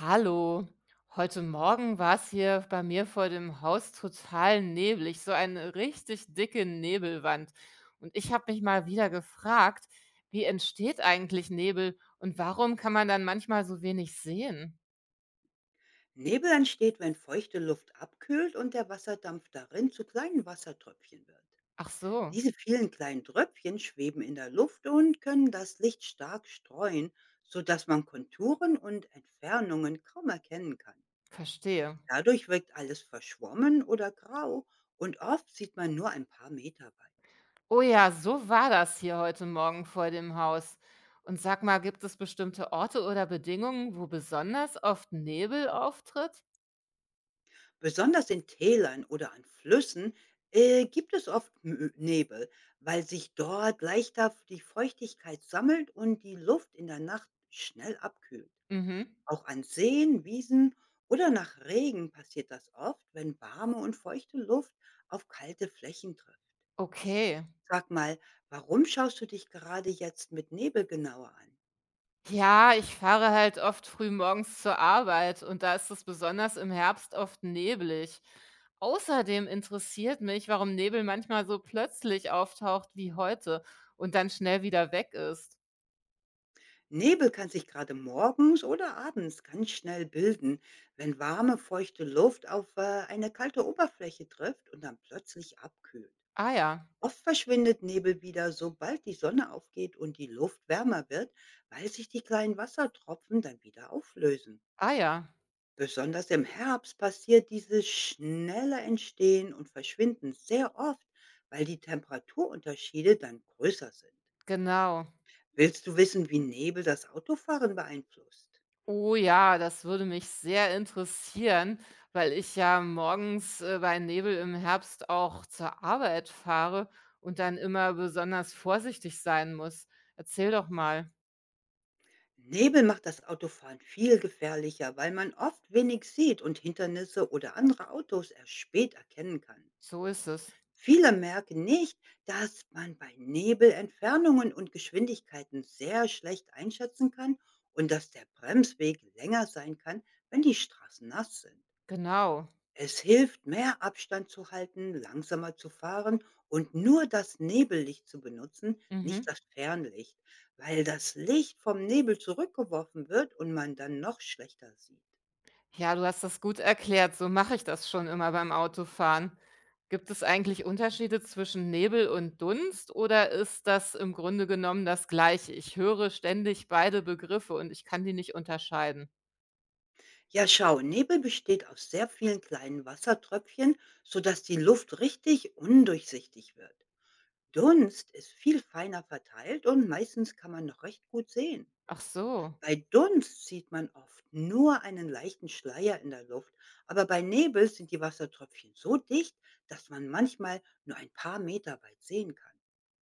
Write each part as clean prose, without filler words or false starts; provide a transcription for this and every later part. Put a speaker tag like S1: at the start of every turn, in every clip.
S1: Hallo. Heute Morgen war es hier bei mir vor dem Haus total neblig, so eine richtig dicke Nebelwand. Und ich habe mich mal wieder gefragt, wie entsteht eigentlich Nebel und warum kann man dann manchmal so wenig sehen?
S2: Nebel entsteht, wenn feuchte Luft abkühlt und der Wasserdampf darin zu kleinen Wassertröpfchen wird.
S1: Ach so,
S2: Diese vielen kleinen Tröpfchen schweben in der Luft und können das Licht stark streuen, sodass man Konturen und Entfernungen kaum erkennen kann.
S1: verstehe.
S2: Dadurch wirkt alles verschwommen oder grau und oft sieht man nur ein paar Meter weit.
S1: Oh ja, so war das hier heute Morgen vor dem Haus. Und sag mal, gibt es bestimmte Orte oder Bedingungen, wo besonders oft Nebel auftritt?
S2: Besonders in Tälern oder an Flüssen, gibt es oft Mö Nebel, weil sich dort leichter die Feuchtigkeit sammelt und die Luft in der Nacht schnell abkühlt.
S1: Mhm.
S2: Auch an Seen, Wiesen oder nach Regen passiert das oft, wenn warme und feuchte Luft auf kalte Flächen trifft.
S1: Okay.
S2: Sag mal, warum schaust du dich gerade jetzt mit Nebel genauer an?
S1: Ja, ich fahre halt oft früh morgens zur Arbeit und da ist es besonders im Herbst oft neblig. Außerdem interessiert mich, warum Nebel manchmal so plötzlich auftaucht wie heute und dann schnell wieder weg ist.
S2: Nebel kann sich gerade morgens oder abends ganz schnell bilden, wenn warme, feuchte Luft auf eine kalte Oberfläche trifft und dann plötzlich abkühlt.
S1: Ah ja,
S2: Oft verschwindet Nebel wieder, sobald die Sonne aufgeht und die Luft wärmer wird, weil sich die kleinen Wassertropfen dann wieder auflösen.
S1: ah ja,
S2: Besonders im Herbst passiert dieses schnelle Entstehen und Verschwinden sehr oft, weil die Temperaturunterschiede dann größer sind.
S1: genau.
S2: Willst du wissen, wie Nebel das Autofahren beeinflusst?
S1: Oh ja, das würde mich sehr interessieren, weil ich ja morgens bei Nebel im Herbst auch zur Arbeit fahre und dann immer besonders vorsichtig sein muss. Erzähl doch mal,
S2: Nebel macht das Autofahren viel gefährlicher, weil man oft wenig sieht und Hindernisse oder andere Autos erst spät erkennen kann.
S1: so ist es.
S2: Viele merken nicht, dass man bei Nebel Entfernungen und Geschwindigkeiten sehr schlecht einschätzen kann und dass der Bremsweg länger sein kann, wenn die Straßen nass sind.
S1: Genau.
S2: Es hilft, mehr Abstand zu halten, langsamer zu fahren und nur das Nebellicht zu benutzen, nicht
S1: Mhm.
S2: das Fernlicht, weil das Licht vom Nebel zurückgeworfen wird und man dann noch schlechter sieht.
S1: Ja, du hast das gut erklärt. So mache ich das schon immer beim Autofahren. Gibt es eigentlich Unterschiede zwischen Nebel und Dunst oder ist das im Grunde genommen das Gleiche? Ich höre ständig beide Begriffe und ich kann die nicht unterscheiden.
S2: Ja, schau, Nebel besteht aus sehr vielen kleinen Wassertröpfchen, sodass die Luft richtig undurchsichtig wird. Dunst ist viel feiner verteilt und meistens kann man noch recht gut sehen.
S1: Ach so.
S2: Bei Dunst sieht man oft nur einen leichten Schleier in der Luft, aber bei Nebel sind die Wassertröpfchen so dicht, dass man manchmal nur ein paar Meter weit sehen kann.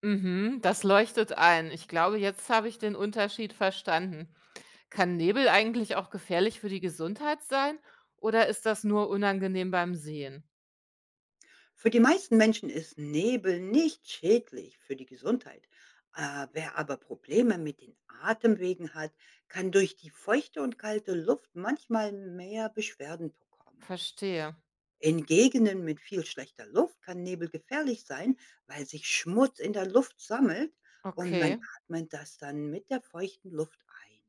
S1: Mhm, das leuchtet ein. Ich glaube, jetzt habe ich den Unterschied verstanden. Kann Nebel eigentlich auch gefährlich für die Gesundheit sein oder ist das nur unangenehm beim Sehen?
S2: Für die meisten Menschen ist Nebel nicht schädlich für die Gesundheit. Wer aber Probleme mit den Atemwegen hat, kann durch die feuchte und kalte Luft manchmal mehr Beschwerden bekommen.
S1: Verstehe.
S2: In Gegenden mit viel schlechter Luft kann Nebel gefährlich sein, weil sich Schmutz in der Luft sammelt und
S1: Okay.
S2: man atmet das dann mit der feuchten Luft ein.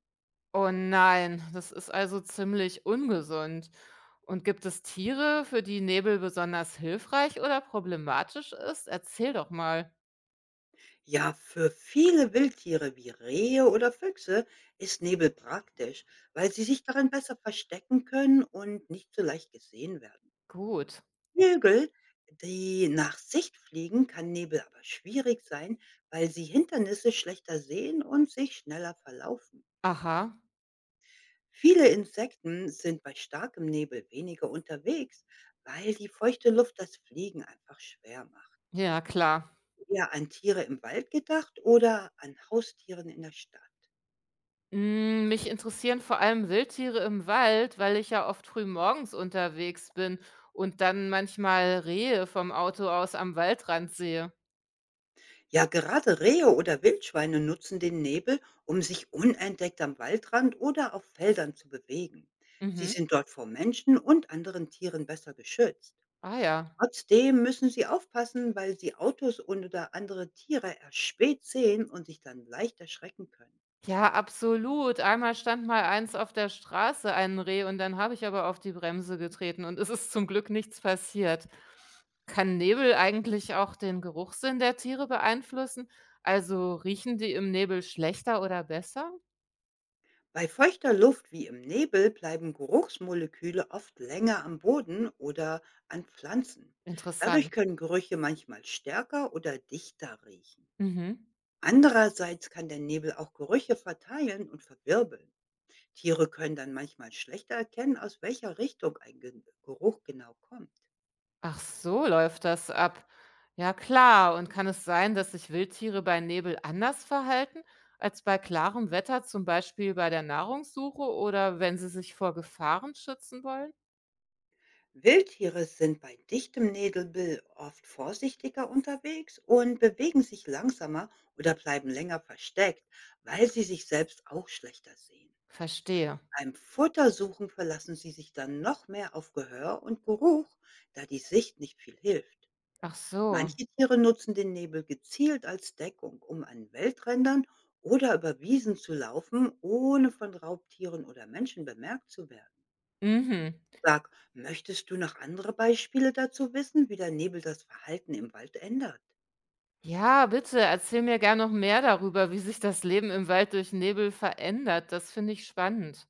S1: Oh nein, das ist also ziemlich ungesund. Und gibt es Tiere, für die Nebel besonders hilfreich oder problematisch ist? Erzähl doch mal.
S2: Ja, für viele Wildtiere wie Rehe oder Füchse ist Nebel praktisch, weil sie sich darin besser verstecken können und nicht so leicht gesehen werden.
S1: Gut.
S2: Vögel, die nach Sicht fliegen, kann Nebel aber schwierig sein, weil sie Hindernisse schlechter sehen und sich schneller verlaufen.
S1: Aha.
S2: Viele Insekten sind bei starkem Nebel weniger unterwegs, weil die feuchte Luft das Fliegen einfach schwer macht.
S1: Ja, klar.
S2: Eher an Tiere im Wald gedacht oder an Haustieren in der Stadt.
S1: Mm, mich interessieren vor allem Wildtiere im Wald, weil ich ja oft früh morgens unterwegs bin und dann manchmal Rehe vom Auto aus am Waldrand sehe.
S2: Ja, gerade Rehe oder Wildschweine nutzen den Nebel, um sich unentdeckt am Waldrand oder auf Feldern zu bewegen. Sie
S1: Mhm.
S2: sind dort vor Menschen und anderen Tieren besser geschützt.
S1: Ah ja.
S2: Trotzdem müssen sie aufpassen, weil sie Autos und oder andere Tiere erst spät sehen und sich dann leicht erschrecken können.
S1: Ja, absolut. Einmal stand mal eins auf der Straße, ein Reh, und dann habe ich aber auf die Bremse getreten und es ist zum Glück nichts passiert. Kann Nebel eigentlich auch den Geruchssinn der Tiere beeinflussen? Also riechen die im Nebel schlechter oder besser?
S2: Bei feuchter Luft wie im Nebel bleiben Geruchsmoleküle oft länger am Boden oder an Pflanzen. Dadurch
S1: Interessant.
S2: können Gerüche manchmal stärker oder dichter riechen.
S1: Mhm.
S2: Andererseits kann der Nebel auch Gerüche verteilen und verwirbeln. Tiere können dann manchmal schlechter erkennen, aus welcher Richtung ein Geruch genau kommt.
S1: Ach so, läuft das ab. Ja, klar. Und kann es sein, dass sich Wildtiere bei Nebel anders verhalten als bei klarem Wetter, zum Beispiel bei der Nahrungssuche oder wenn sie sich vor Gefahren schützen wollen?
S2: Wildtiere sind bei dichtem Nebel oft vorsichtiger unterwegs und bewegen sich langsamer oder bleiben länger versteckt, weil sie sich selbst auch schlechter sehen.
S1: Verstehe.
S2: Beim Futtersuchen verlassen sie sich dann noch mehr auf Gehör und Geruch, da die Sicht nicht viel hilft.
S1: Ach so.
S2: Manche Tiere nutzen den Nebel gezielt als Deckung, um an Waldrändern oder über Wiesen zu laufen, ohne von Raubtieren oder Menschen bemerkt zu werden.
S1: Mhm.
S2: Sag, möchtest du noch andere Beispiele dazu wissen, wie der Nebel das Verhalten im Wald ändert?
S1: Ja, bitte erzähl mir gern noch mehr darüber, wie sich das Leben im Wald durch Nebel verändert. Das finde ich spannend.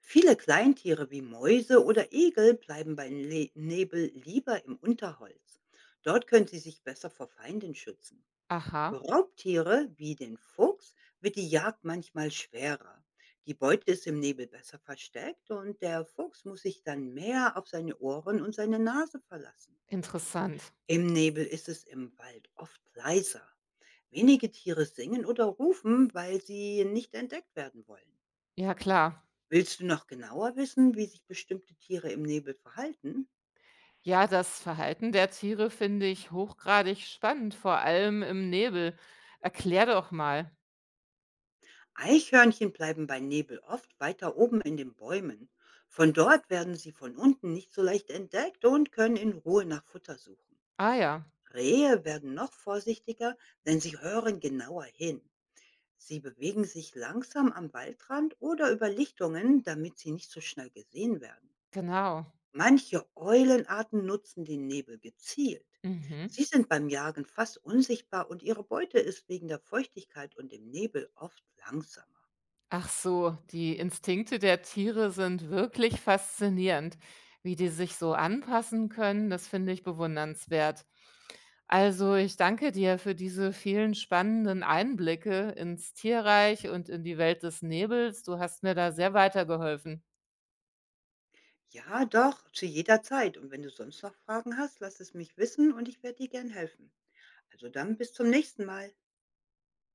S2: Viele Kleintiere wie Mäuse oder Igel bleiben bei Le Nebel lieber im Unterholz. Dort können sie sich besser vor Feinden schützen. Für
S1: Aha,
S2: Raubtiere wie den Fuchs wird die Jagd manchmal schwerer. Die Beute ist im Nebel besser versteckt und der Fuchs muss sich dann mehr auf seine Ohren und seine Nase verlassen.
S1: interessant.
S2: Im Nebel ist es im Wald oft leiser. Wenige Tiere singen oder rufen, weil sie nicht entdeckt werden wollen.
S1: Ja, klar.
S2: Willst du noch genauer wissen, wie sich bestimmte Tiere im Nebel verhalten?
S1: Ja, das Verhalten der Tiere finde ich hochgradig spannend, vor allem im Nebel. Erklär doch mal.
S2: Eichhörnchen bleiben bei Nebel oft weiter oben in den Bäumen. Von dort werden sie von unten nicht so leicht entdeckt und können in Ruhe nach Futter suchen.
S1: Ah ja,
S2: Rehe werden noch vorsichtiger, denn sie hören genauer hin. Sie bewegen sich langsam am Waldrand oder über Lichtungen, damit sie nicht so schnell gesehen werden.
S1: genau.
S2: Manche Eulenarten nutzen den Nebel gezielt.
S1: Mhm.
S2: Sie sind beim Jagen fast unsichtbar und ihre Beute ist wegen der Feuchtigkeit und dem Nebel oft langsamer.
S1: Ach so, die Instinkte der Tiere sind wirklich faszinierend. Wie die sich so anpassen können, das finde ich bewundernswert. Also, ich danke dir für diese vielen spannenden Einblicke ins Tierreich und in die Welt des Nebels. Du hast mir da sehr weitergeholfen.
S2: Ja, doch, zu jeder Zeit. Und wenn du sonst noch Fragen hast, lass es mich wissen und ich werde dir gern helfen. Also dann bis zum nächsten Mal.